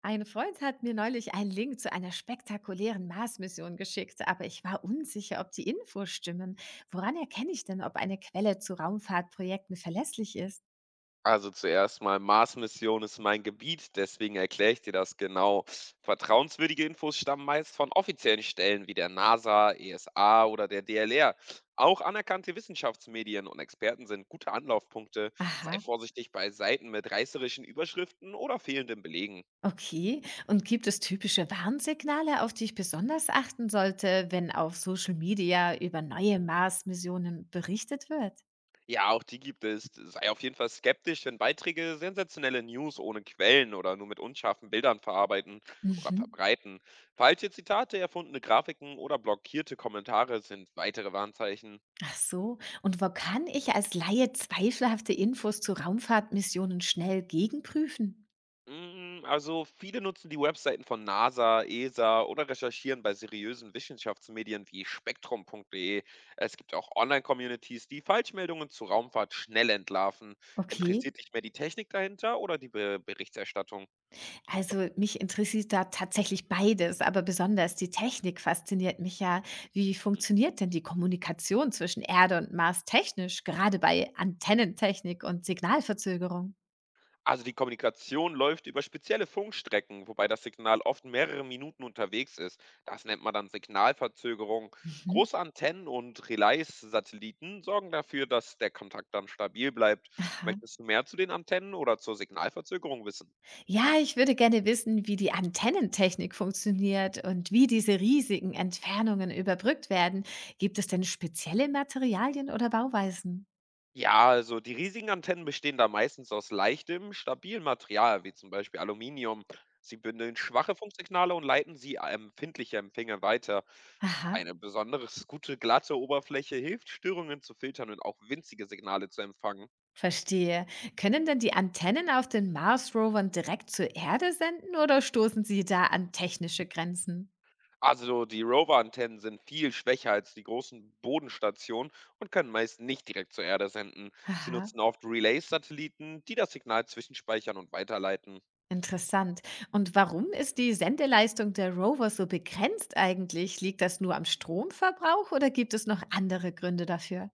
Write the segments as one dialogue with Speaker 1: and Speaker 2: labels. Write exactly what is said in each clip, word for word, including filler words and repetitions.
Speaker 1: Ein Freund hat mir neulich einen Link zu einer spektakulären Mars-Mission geschickt, aber ich war unsicher, ob die Infos stimmen. Woran erkenne ich denn, ob eine Quelle zu Raumfahrtprojekten verlässlich ist?
Speaker 2: Also zuerst mal, Mars-Mission ist mein Gebiet, deswegen erkläre ich dir das genau. Vertrauenswürdige Infos stammen meist von offiziellen Stellen wie der NASA, ESA oder der D L R. Auch anerkannte Wissenschaftsmedien und Experten sind gute Anlaufpunkte. Sei
Speaker 1: Aha,
Speaker 2: vorsichtig bei Seiten mit reißerischen Überschriften oder fehlenden Belegen.
Speaker 1: okay. Und gibt es typische Warnsignale, auf die ich besonders achten sollte, wenn auf Social Media über neue Mars-Missionen berichtet wird?
Speaker 2: Ja, auch die gibt es. Sei auf jeden Fall skeptisch, wenn Beiträge sensationelle News ohne Quellen oder nur mit unscharfen Bildern verarbeiten oder
Speaker 1: Mhm.
Speaker 2: verbreiten. Falsche Zitate, erfundene Grafiken oder blockierte Kommentare sind weitere Warnzeichen.
Speaker 1: Ach so. Und wo kann ich als Laie zweifelhafte Infos zu Raumfahrtmissionen schnell gegenprüfen?
Speaker 2: Mm, Also viele nutzen die Webseiten von NASA, ESA oder recherchieren bei seriösen Wissenschaftsmedien wie spektrum.de. Es gibt auch Online-Communities, die Falschmeldungen zur Raumfahrt schnell entlarven.
Speaker 1: Okay.
Speaker 2: Interessiert dich mehr die Technik dahinter oder die Be Berichterstattung?
Speaker 1: Also mich interessiert da tatsächlich beides, aber besonders die Technik fasziniert mich ja. Wie funktioniert denn die Kommunikation zwischen Erde und Mars technisch, gerade bei Antennentechnik und Signalverzögerung?
Speaker 2: Also die Kommunikation läuft über spezielle Funkstrecken, wobei das Signal oft mehrere Minuten unterwegs ist. Das nennt man dann Signalverzögerung.
Speaker 1: Mhm.
Speaker 2: Große Antennen und Relais-Satelliten sorgen dafür, dass der Kontakt dann stabil bleibt.
Speaker 1: Aha.
Speaker 2: Möchtest du mehr zu den Antennen oder zur Signalverzögerung wissen?
Speaker 1: Ja, ich würde gerne wissen, wie die Antennentechnik funktioniert und wie diese riesigen Entfernungen überbrückt werden. Gibt es denn spezielle Materialien oder Bauweisen?
Speaker 2: Ja, also die riesigen Antennen bestehen da meistens aus leichtem, stabilem Material, wie zum Beispiel Aluminium. Sie bündeln schwache Funksignale und leiten sie an empfindliche Empfänger weiter.
Speaker 1: Aha.
Speaker 2: Eine besonders gute, glatte Oberfläche hilft, Störungen zu filtern und auch winzige Signale zu empfangen.
Speaker 1: Verstehe. Können denn die Antennen auf den Mars-Rovern direkt zur Erde senden oder stoßen sie da an technische Grenzen?
Speaker 2: Also die Rover-Antennen sind viel schwächer als die großen Bodenstationen und können meist nicht direkt zur Erde senden. Sie
Speaker 1: Aha,
Speaker 2: nutzen oft Relay-Satelliten, die das Signal zwischenspeichern und weiterleiten.
Speaker 1: interessant. Und warum ist die Sendeleistung der Rover so begrenzt eigentlich? Liegt das nur am Stromverbrauch oder gibt es noch andere Gründe dafür?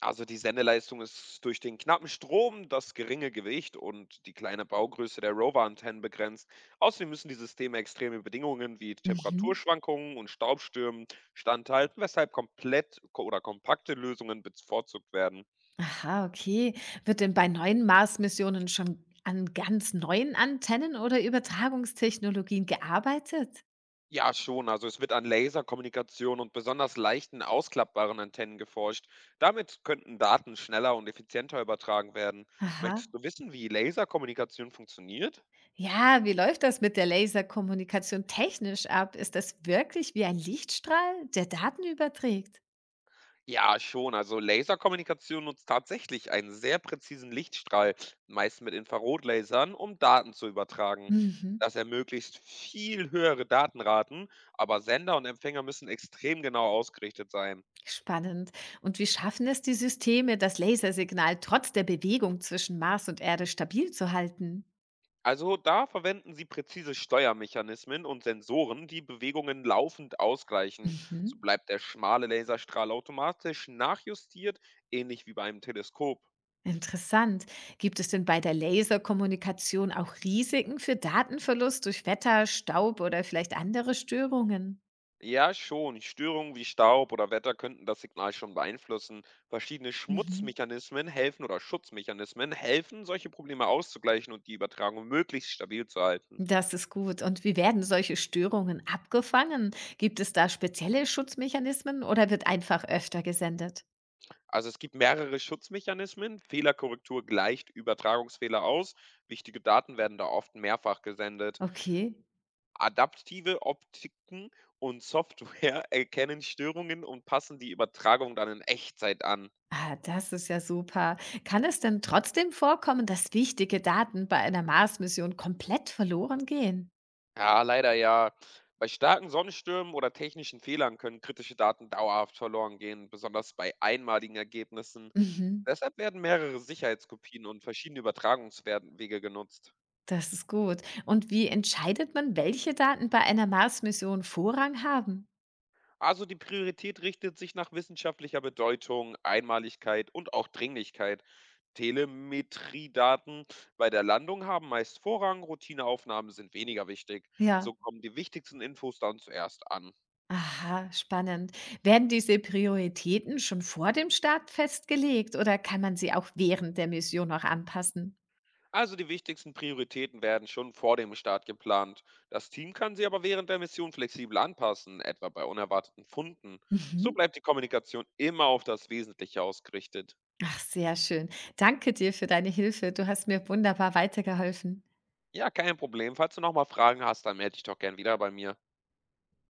Speaker 2: Also, die Sendeleistung ist durch den knappen Strom, das geringe Gewicht und die kleine Baugröße der Rover-Antennen begrenzt. Außerdem müssen die Systeme extreme Bedingungen wie
Speaker 1: Mhm.
Speaker 2: Temperaturschwankungen und Staubstürmen standhalten, weshalb komplett ko- oder kompakte Lösungen bevorzugt werden.
Speaker 1: Aha, okay. Wird denn bei neuen Mars-Missionen schon an ganz neuen Antennen oder Übertragungstechnologien gearbeitet?
Speaker 2: Ja, schon. Also es wird an Laserkommunikation und besonders leichten, ausklappbaren Antennen geforscht. Damit könnten Daten schneller und effizienter übertragen werden.
Speaker 1: Aha.
Speaker 2: Möchtest du wissen, wie Laserkommunikation funktioniert?
Speaker 1: Ja, wie läuft das mit der Laserkommunikation technisch ab? Ist das wirklich wie ein Lichtstrahl, der Daten überträgt?
Speaker 2: Ja, schon. Also Laserkommunikation nutzt tatsächlich einen sehr präzisen Lichtstrahl, meist mit Infrarotlasern, um Daten zu übertragen.
Speaker 1: Mhm.
Speaker 2: Das ermöglicht viel höhere Datenraten, aber Sender und Empfänger müssen extrem genau ausgerichtet sein.
Speaker 1: Spannend. Und wie schaffen es die Systeme, das Lasersignal trotz der Bewegung zwischen Mars und Erde stabil zu halten?
Speaker 2: Also da verwenden sie präzise Steuermechanismen und Sensoren, die Bewegungen laufend ausgleichen. So
Speaker 1: Mhm.
Speaker 2: bleibt der schmale Laserstrahl automatisch nachjustiert, ähnlich wie bei einem Teleskop.
Speaker 1: Interessant. Gibt es denn bei der Laserkommunikation auch Risiken für Datenverlust durch Wetter, Staub oder vielleicht andere Störungen?
Speaker 2: Ja, schon. Störungen wie Staub oder Wetter könnten das Signal schon beeinflussen. Verschiedene
Speaker 1: Mhm.
Speaker 2: Schmutzmechanismen helfen oder Schutzmechanismen helfen, solche Probleme auszugleichen und die Übertragung möglichst stabil zu halten.
Speaker 1: Das ist gut. Und wie werden solche Störungen abgefangen? Gibt es da spezielle Schutzmechanismen oder wird einfach öfter gesendet?
Speaker 2: Also es gibt mehrere Schutzmechanismen. Fehlerkorrektur gleicht Übertragungsfehler aus. Wichtige Daten werden da oft mehrfach gesendet.
Speaker 1: Okay.
Speaker 2: Adaptive Optiken und Software erkennen Störungen und passen die Übertragung dann in Echtzeit an.
Speaker 1: Ah, das ist ja super. Kann es denn trotzdem vorkommen, dass wichtige Daten bei einer Mars-Mission komplett verloren gehen?
Speaker 2: Ja, leider ja. Bei starken Sonnenstürmen oder technischen Fehlern können kritische Daten dauerhaft verloren gehen, besonders bei einmaligen Ergebnissen.
Speaker 1: Mhm.
Speaker 2: Deshalb werden mehrere Sicherheitskopien und verschiedene Übertragungswege genutzt.
Speaker 1: Das ist gut. Und wie entscheidet man, welche Daten bei einer Mars-Mission Vorrang haben?
Speaker 2: Also die Priorität richtet sich nach wissenschaftlicher Bedeutung, Einmaligkeit und auch Dringlichkeit. Telemetriedaten bei der Landung haben meist Vorrang, Routineaufnahmen sind weniger wichtig.
Speaker 1: Ja.
Speaker 2: So kommen die wichtigsten Infos dann zuerst an.
Speaker 1: Aha, spannend. Werden diese Prioritäten schon vor dem Start festgelegt oder kann man sie auch während der Mission noch anpassen?
Speaker 2: Also die wichtigsten Prioritäten werden schon vor dem Start geplant. Das Team kann sie aber während der Mission flexibel anpassen, etwa bei unerwarteten Funden. So
Speaker 1: Mhm.
Speaker 2: bleibt die Kommunikation immer auf das Wesentliche ausgerichtet.
Speaker 1: Ach, sehr schön. Danke dir für deine Hilfe. Du hast mir wunderbar weitergeholfen.
Speaker 2: Ja, kein Problem. Falls du nochmal Fragen hast, dann melde dich doch gern wieder bei mir.